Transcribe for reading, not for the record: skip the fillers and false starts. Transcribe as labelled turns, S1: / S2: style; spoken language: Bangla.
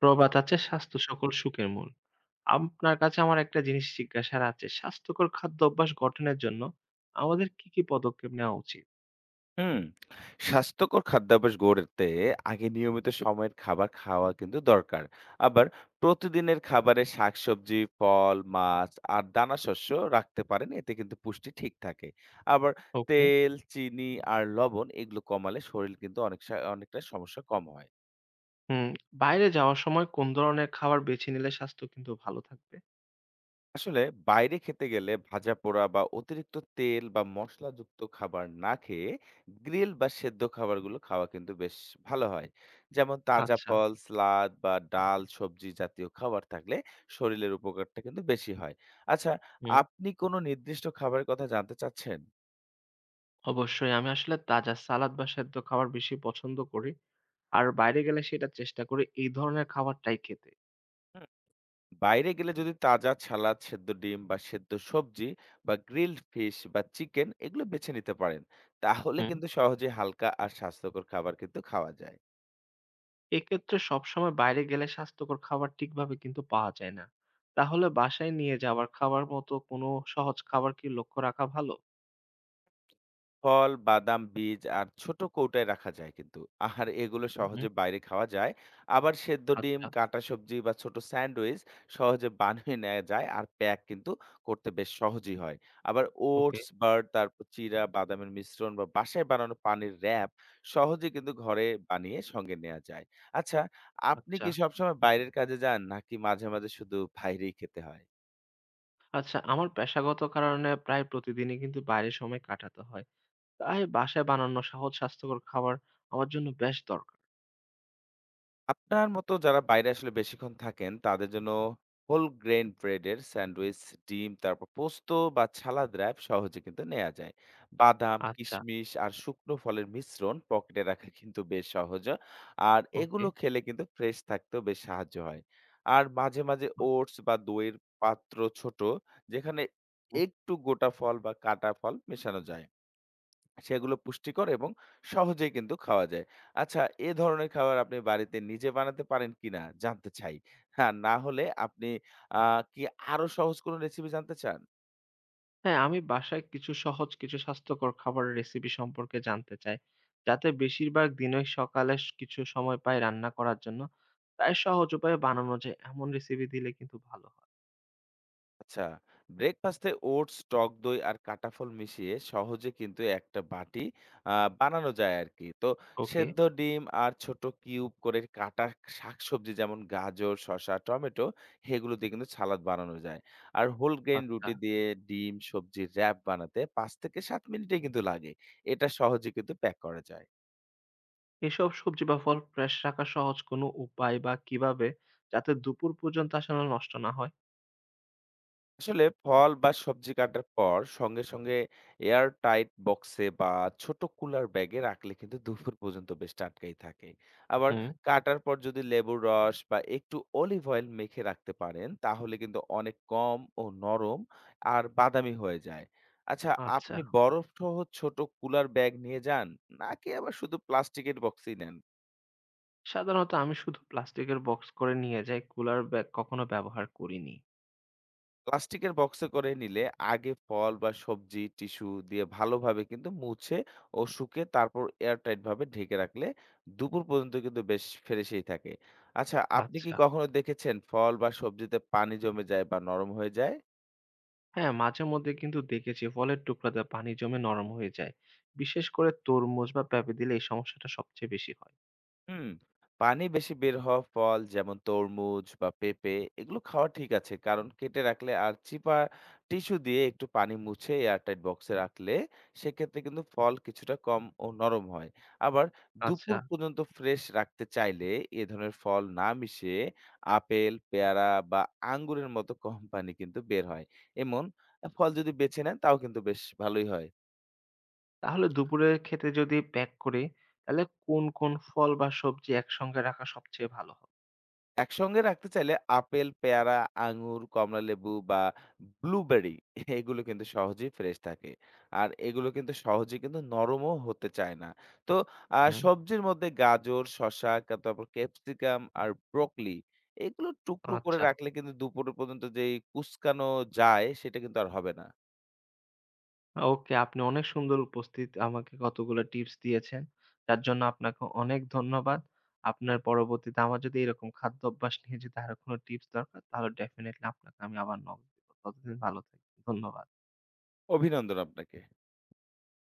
S1: প্রবাদ আছে, স্বাস্থ্য সকল সুখের মূল। আপনার কাছে আমার একটা জিনিস জিজ্ঞাসার আছে। স্বাস্থ্যকর খাদ্য অভ্যাস গঠনের জন্য আমাদের কি পদক্ষেপ নেওয়া উচিত?
S2: হুম। স্বাস্থ্যকর খাদ্যাভ্যাস গড়তে আগে নিয়মিত সময়ের খাবার খাওয়া কিন্তু দরকার। আবার প্রতিদিনের খাবারে শাকসবজি, ফল, মাছ আর দানাশস্য রাখতে পারেন। এতে কিন্তু পুষ্টি ঠিক থাকে। আবার
S1: ওকে।
S2: তেল, চিনি আর লবণ এগুলো কমালে শরীর কিন্তু অনেক অনেকটা সমস্যা কম হয়।
S1: হুম, বাইরে যাওয়ার সময় কোন ধরনের খাবার বেছে নিলে স্বাস্থ্য কিন্তু ভালো থাকবে?
S2: আসলে বাইরে খেতে গেলে ভাজা পোড়া বা অতিরিক্ত তেল বা মশলাযুক্ত খাবার না খেয়ে গ্রিল বা সেদ্ধ খাবারগুলো খাওয়া কিন্তু বেশ ভালো হয়। যেমন তাজা
S1: আচ্ছা,
S2: ফল সালাদ বা ডাল সবজি জাতীয় খাবার থাকলে শরীরের উপকারটা কিন্তু বেশি হয়। আচ্ছা,
S1: হুম।
S2: আপনি কোনো নির্দিষ্ট খাবারের কথা জানতে চাচ্ছেন?
S1: অবশ্যই আমি আসলে তাজা সালাদ বা সেদ্ধ খাবার বেশি পছন্দ করি। আর বাইরে গেলে সেটা চেষ্টা করি এই ধরনের খাবারটাই খেতে।
S2: হুম, বাইরে গেলে যদি তাজা ছালাদ সেদ্ধ ডিম বা সেদ্ধ সবজি বা গ্রিলড ফিশ বা চিকেন এগুলো বেছে নিতে পারেন তাহলে
S1: হুম।
S2: কিন্তু সহজে হালকা আর স্বাস্থ্যকর খাবার কিন্তু খাওয়া যায়।
S1: এক্ষেত্রে সবসময় বাইরে গেলে স্বাস্থ্যকর খাবার ঠিকভাবে কিন্তু পাওয়া যায় না। তাহলে বাসায় নিয়ে যাওয়ার খাবার মতো কোনো সহজ খাবার কি লক্ষ্য রাখা ভালো?
S2: ফল, বাদাম, বীজ আর ছোট কৌটায় রাখা যায় কিন্তু। আর এগুলো
S1: হুম,
S2: সহজে বাইরে খাওয়া যায়। আবার সেদ্ধ ডিম,
S1: আচ্ছা,
S2: কাঁটা সবজি বা ছোট স্যান্ডউইচ সহজে বানিয়ে নেয়া যায়। আর প্যাক কিন্তু করতে বেশ সহজই হয়। আবার
S1: ওকে।
S2: ওটস, বার্ড, তারপর চিরা, বাদামের মিশ্রণ বা বাসায় বানানো পানির র‍্যাপ সহজে কিন্তু ঘরে বানিয়ে সঙ্গে নেয়া যায়। আচ্ছা, আপনি
S1: আচ্ছা,
S2: কি সবসময় বাইরের কাজে যান নাকি মাঝে, মাঝে শুধু বাইরেই খেতে হয়?
S1: আচ্ছা। আমার পেশাগত কারণে প্রায় প্রতিদিনই কিন্তু বাইরে সময় কাটাতে হয়। তাই বাসায় বানানো সহজ স্বাস্থ্যকর খাবার আমার জন্য বেশ দরকার।
S2: আপনার মতো যারা বাইরে আসলে বেশিক্ষণ থাকেন, তাদের জন্য হোল গ্রেইন ব্রেডের স্যান্ডউইচ, ডিম, তারপর পোস্ত বা ছালাদ র‍্যাপ সহজে কিন্তু নেয়া যায়। বাদাম,
S1: আচ্ছা,
S2: কিশমিশ আর শুকনো ফলের মিশ্রণ পকেটে রাখা কিন্তু বেশ সহজ। আর
S1: ওকে।
S2: এগুলো খেলে কিন্তু ফ্রেশ থাকতেও বেশ সাহায্য হয়। আর মাঝে, মাঝে
S1: আচ্ছা।
S2: ওটস বা দইয়ের পাত্র ছোট, যেখানে একটু গোটা ফল বা কাটা ফল মেশানো যায়। সেগুলো পুষ্টিকর এবং সহজেই কিন্তু খাওয়া যায়। আচ্ছা, এ ধরনের খাবার আপনি বাড়িতে নিজে বানাতে পারেন কিনা জানতে চাই। হ্যাঁ, না হলে আপনি আ কি আরো সহজ কোনো রেসিপি জানতে চান?
S1: হ্যাঁ, আমি বাসায় কিছু সহজ, কিছু স্বাস্থ্যকর খাবারের রেসিপি সম্পর্কে জানতে চাই। যাতে বেশিরভাগ দিনই সকালে কিছু সময় পাই রান্না করার জন্য। তাই সহজ উপায়ে বানানো যায় এমন রেসিপি দিলে কিন্তু ভালো হয়।
S2: আচ্ছা, ব্রেকফাস্টে ওটস টক দই আর কাঁটা ফল মিশিয়ে সহজে কিন্তু একটা বাটি বানানো যায় আর কি। তো
S1: ওকে,
S2: সেদ্ধ ডিম আর ছোট কিউব করে কাটা শাকসবজি যেমন গাজর শসা টমেটো সেগুলো দিয়ে কিন্তু সালাদ বানানো যায়। আর হোল গ্রেন
S1: আচ্ছা।
S2: রুটি দিয়ে ডিম সবজি র্যাপ বানাতে 5 থেকে 7 মিনিটে কিন্তু লাগে। এটা সহজে কিন্তু প্যাক করা যায়।
S1: এসব সবজি বা ফল ফ্রেশ রাখার সহজ কোনো উপায় বা কিভাবে? যাতে দুপুর পর্যন্ত আসলে নষ্ট না হয়?
S2: আসলে ফল বা সবজি কাটার পর সঙ্গে সঙ্গে এয়ার টাইট বক্সে বা ছোট কুলার ব্যাগে রাখলে কিন্তু দুপুর পর্যন্ত বেশ টাটকাই থাকে। আবার
S1: হুম,
S2: কাটার পর যদি লেবুর রস বা একটু অলিভ অয়েল মেখে রাখতে পারেন তাহলে কিন্তু অনেক কম ও নরম আর বাদামি হয়ে যায়। আচ্ছা,
S1: আচ্ছা।
S2: আপনি বরফ সহ ছোট কুলার ব্যাগ নিয়ে যান নাকি আবার শুধু প্লাস্টিকের বক্সই নেন?
S1: সাধারণত আমি শুধু প্লাস্টিকের বক্স করে নিয়ে যাই, কুলার ব্যাগ কখনো ব্যবহার করিনি।
S2: প্লাস্টিকের বক্সে করে নিলে আগে ফল বা সবজি টিস্যু দিয়ে ভালোভাবে কিন্তু মুছে ও শুকে তারপর এয়ারটাইট ভাবে ঢেকে রাখলে দুপুর পর্যন্ত কিন্তু বেশ ফ্রেশই থাকে। আচ্ছা, আপনি কি
S1: আচ্ছা।
S2: কখনো দেখেছেন ফল বা সবজিতে পানি জমে যায় বা নরম হয়ে যায়?
S1: হ্যাঁ, মাঝেমধ্যে কিন্তু দেখেছি ফলের টুকরাতে পানি জমে নরম হয়ে যায়। বিশেষ করে তরমুজ বা পেঁপে দিলে এই সমস্যাটা সবচেয়ে বেশি হয়।
S2: হুম, পানি বেশি বের হওয়া ফল যেমন তরমুজ বা পেঁপে এগুলো খাওয়া ঠিক আছে। কারণ কেটে রাখলে আর চিপা টিস্যু দিয়ে একটু পানি মুছে এয়ারটাইট বক্সে রাখলে সেক্ষেত্রে কিন্তু ফল কিছুটা কম ও নরম হয়। আবার
S1: আচ্ছা।
S2: দুপুর পর্যন্ত ফ্রেশ রাখতে চাইলে এ ধরনের ফল না মিশিয়ে আপেল পেয়ারা বা আঙ্গুরের মতো কম পানি কিন্তু বের হয় এমন ফল যদি বেছে নেন তাও কিন্তু বেশ ভালোই হয়।
S1: তাহলে দুপুরের খেতে যদি প্যাক করি, তাহলে কোন ফল বা সবজি একসঙ্গে রাখা সবচেয়ে ভালো হয়?
S2: একসঙ্গে রাখতে চাইলে আপেল, পেয়ারা, আঙুর, কমলালেবু বা ব্লুবেরি এগুলো কিন্তু সহজেই ফ্রেশ থাকে। আর এগুলো কিন্তু সহজে কিন্তু নরমও হতে চায় না। তো
S1: হুম,
S2: সবজির মধ্যে গাজর, শসা, তারপর ক্যাপসিকাম আর ব্রোকলি এগুলো টুকরো করে
S1: আচ্ছা।
S2: রাখলে কিন্তু দুপুর পর্যন্ত যেই কুঁচকানো যায় সেটা কিন্তু আর হবে না।
S1: ওকে, আপনি অনেক সুন্দর উপস্থিত আমাকে কতগুলো টিপস দিয়েছেন। তার জন্য আপনাকে অনেক ধন্যবাদ। আপনার পরবর্তীতে আমার যদি এরকম খাদ্য অভ্যাস নিয়ে যদি আরো কোনো টিপস দরকার, তাহলে ডেফিনিটলি আপনাকে আমি আবার নক দিব। ততদিন ভালো থাকবেন। ধন্যবাদ।
S2: অভিনন্দন আপনাকে।